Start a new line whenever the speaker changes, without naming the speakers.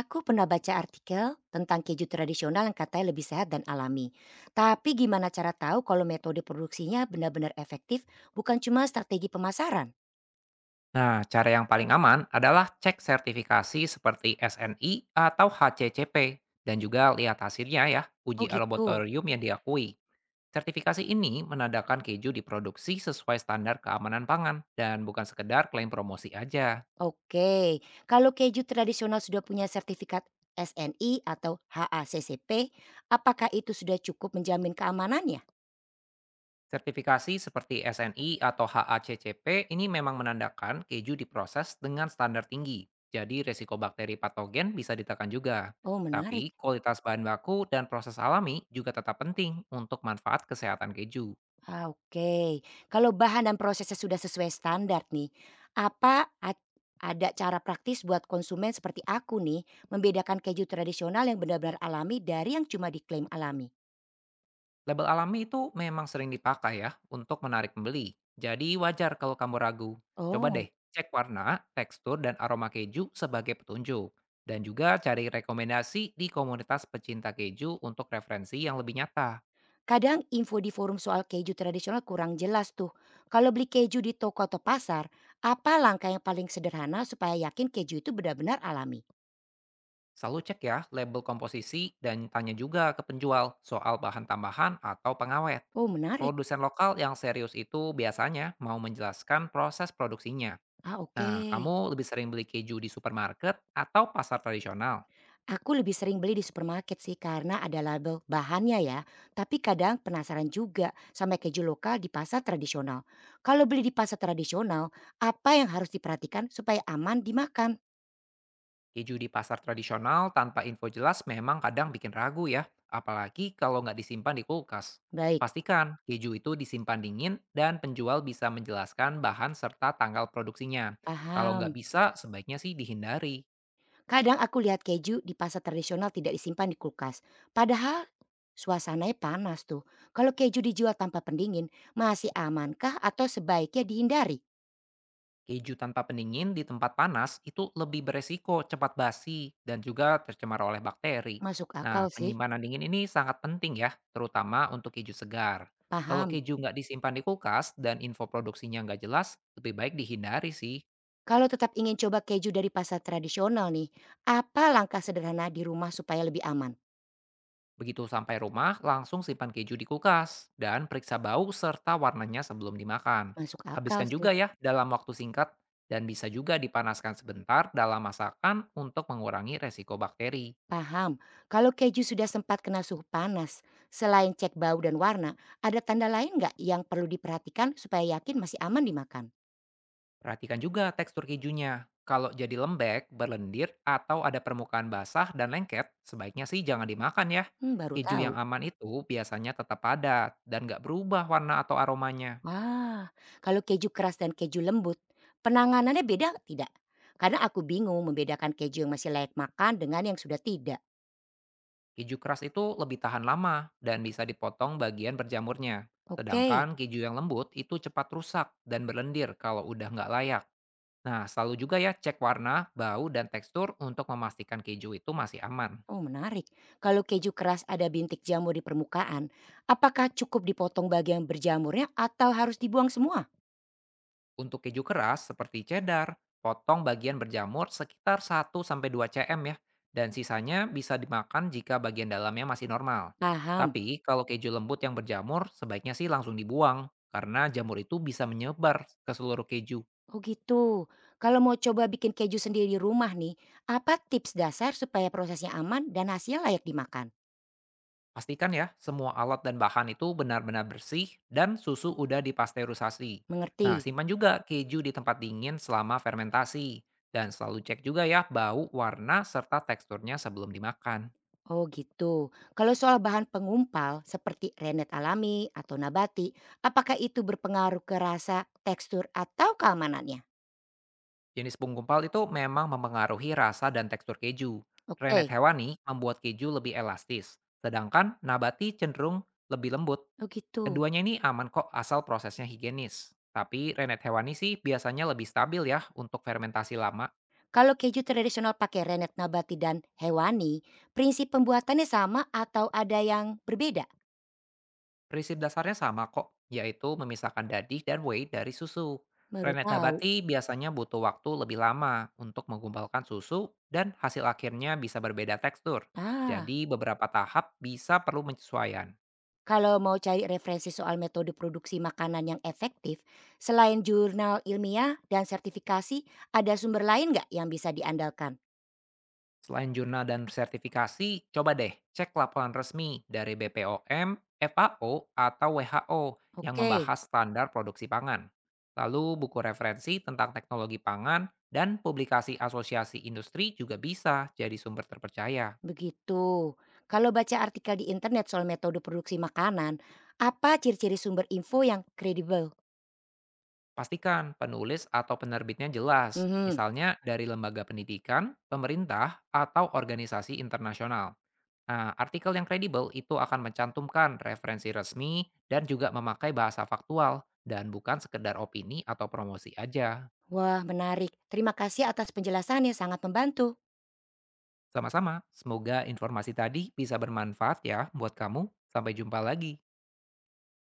Aku pernah baca artikel tentang keju tradisional yang katanya lebih sehat dan alami. Tapi gimana cara tahu kalau metode produksinya benar-benar efektif, bukan cuma strategi pemasaran?
Nah, cara yang paling aman adalah cek sertifikasi seperti SNI atau HCCP dan juga lihat hasilnya ya,
Oh
uji
gitu.
laboratorium yang diakui. Sertifikasi ini menandakan keju diproduksi sesuai standar keamanan pangan dan bukan sekedar klaim promosi aja.
Oke, kalau keju tradisional sudah punya sertifikat SNI atau HACCP, apakah itu sudah cukup menjamin keamanannya?
Sertifikasi seperti SNI atau HACCP ini memang menandakan keju diproses dengan standar tinggi, jadi resiko bakteri patogen bisa ditekan juga.
Oh
Tapi
menarik.
kualitas bahan baku dan proses alami juga tetap penting untuk manfaat kesehatan keju.
Ah, oke. Kalau bahan dan prosesnya sudah sesuai standar nih, apa ad ada cara praktis buat konsumen seperti aku nih membedakan keju tradisional yang benar-benar alami dari yang cuma diklaim alami?
Label alami itu memang sering dipakai ya untuk menarik pembeli. Jadi wajar kalau kamu ragu. Coba deh
Oh,
cek warna, tekstur, dan aroma keju sebagai petunjuk. Dan juga cari rekomendasi di komunitas pecinta keju untuk referensi yang lebih nyata.
kadang info di forum soal keju tradisional kurang jelas tuh. Kalau beli keju di toko atau pasar, apa langkah yang paling sederhana supaya yakin keju itu benar-benar alami?
Selalu cek ya label komposisi dan tanya juga ke penjual soal bahan tambahan atau pengawet.
Oh, menarik.
Produsen lokal yang serius itu biasanya mau menjelaskan proses produksinya.
Ah, oke.
Nah, kamu lebih sering beli keju di supermarket atau pasar tradisional?
Aku lebih sering beli di supermarket sih karena ada label bahannya ya, tapi kadang penasaran juga sama keju lokal di pasar tradisional. Kalau beli di pasar tradisional, apa yang harus diperhatikan supaya aman dimakan?
Keju di pasar tradisional tanpa info jelas memang kadang bikin ragu ya, apalagi kalau nggak disimpan di kulkas.
Baik,
Pastikan keju itu disimpan dingin dan penjual bisa menjelaskan bahan serta tanggal produksinya. Kalau nggak
paham.
bisa, sebaiknya sih dihindari.
Kadang aku lihat keju di pasar tradisional tidak disimpan di kulkas, padahal suasananya panas tuh. Kalau keju dijual tanpa pendingin, masih amankah atau sebaiknya dihindari?
Keju tanpa pendingin di tempat panas itu lebih beresiko cepat basi dan juga tercemar oleh bakteri.
Masuk
Nah,
akal sih,
penyimpanan dingin ini sangat penting ya, terutama untuk keju segar. Kalau
paham.
keju nggak disimpan di kulkas dan info produksinya nggak jelas, lebih baik dihindari sih.
Kalau tetap ingin coba keju dari pasar tradisional nih, apa langkah sederhana di rumah supaya lebih aman?
Begitu sampai rumah, langsung simpan keju di kulkas dan periksa bau serta warnanya sebelum dimakan.
Masuk akal
Habiskan juga
sih,
ya dalam waktu singkat dan bisa juga dipanaskan sebentar dalam masakan untuk mengurangi resiko bakteri.
paham. Kalau keju sudah sempat kena suhu panas, selain cek bau dan warna, ada tanda lain nggak yang perlu diperhatikan supaya yakin masih aman dimakan?
Perhatikan juga tekstur kejunya. Kalau jadi lembek, berlendir, atau ada permukaan basah dan lengket, sebaiknya sih jangan dimakan ya.
Hmm, baru
Keju
tahu.
yang aman itu biasanya tetap padat dan nggak berubah warna atau aromanya.
Wah, kalau keju keras dan keju lembut, penanganannya beda tidak? Karena aku bingung membedakan keju yang masih layak makan dengan yang sudah tidak.
Keju keras itu lebih tahan lama dan bisa dipotong bagian berjamurnya.
Oke,
Sedangkan keju yang lembut itu cepat rusak dan berlendir kalau udah nggak layak. Nah, selalu juga ya cek warna, bau, dan tekstur untuk memastikan keju itu masih aman.
oh menarik. Kalau keju keras ada bintik jamur di permukaan, apakah cukup dipotong bagian berjamurnya atau harus dibuang semua?
Untuk keju keras seperti cheddar, potong bagian berjamur sekitar 1 sampai 2 cm ya, dan sisanya bisa dimakan jika bagian dalamnya masih normal.
Paham.
Tapi kalau keju lembut yang berjamur, sebaiknya sih langsung dibuang, karena jamur itu bisa menyebar ke seluruh keju.
Oh gitu. Kalau mau coba bikin keju sendiri di rumah nih, apa tips dasar supaya prosesnya aman dan hasilnya layak dimakan?
Pastikan ya, semua alat dan bahan itu benar-benar bersih dan susu udah dipasteurisasi. Nah,
Mengerti?
simpan juga keju di tempat dingin selama fermentasi. Dan selalu cek juga ya bau, warna, serta teksturnya sebelum dimakan.
Oh gitu. Kalau soal bahan pengumpal seperti rennet alami atau nabati, apakah itu berpengaruh ke rasa, tekstur, atau keamanannya?
Jenis penggumpal itu memang mempengaruhi rasa dan tekstur keju. Renet
Oke.
hewani membuat keju lebih elastis, sedangkan nabati cenderung lebih lembut.
Oh gitu.
Keduanya ini aman kok asal prosesnya higienis. Tapi renet hewani sih biasanya lebih stabil ya untuk fermentasi lama.
Kalau keju tradisional pakai rennet nabati dan hewani, prinsip pembuatannya sama atau ada yang berbeda?
Prinsip dasarnya sama kok, yaitu memisahkan dadih dan whey dari susu.
Baru
Renet
tahu.
nabati biasanya butuh waktu lebih lama untuk menggumpalkan susu dan hasil akhirnya bisa berbeda tekstur.
Ah,
Jadi beberapa tahap bisa perlu penyesuaian.
kalau mau cari referensi soal metode produksi makanan yang efektif, selain jurnal ilmiah dan sertifikasi, ada sumber lain nggak yang bisa diandalkan?
Selain jurnal dan sertifikasi, coba deh cek laporan resmi dari BPOM, FAO, atau WHO yang
Oke,
membahas standar produksi pangan. Lalu buku referensi tentang teknologi pangan dan publikasi asosiasi industri juga bisa jadi sumber terpercaya.
begitu. Kalau baca artikel di internet soal metode produksi makanan, apa ciri-ciri sumber info yang kredibel?
Pastikan penulis atau penerbitnya jelas,
Mhm.
misalnya dari lembaga pendidikan, pemerintah, atau organisasi internasional. Nah, artikel yang kredibel itu akan mencantumkan referensi resmi dan juga memakai bahasa faktual dan bukan sekedar opini atau promosi aja.
Wah, menarik. Terima kasih atas penjelasannya, sangat membantu.
Sama-sama, semoga informasi tadi bisa bermanfaat ya buat kamu. Sampai jumpa lagi.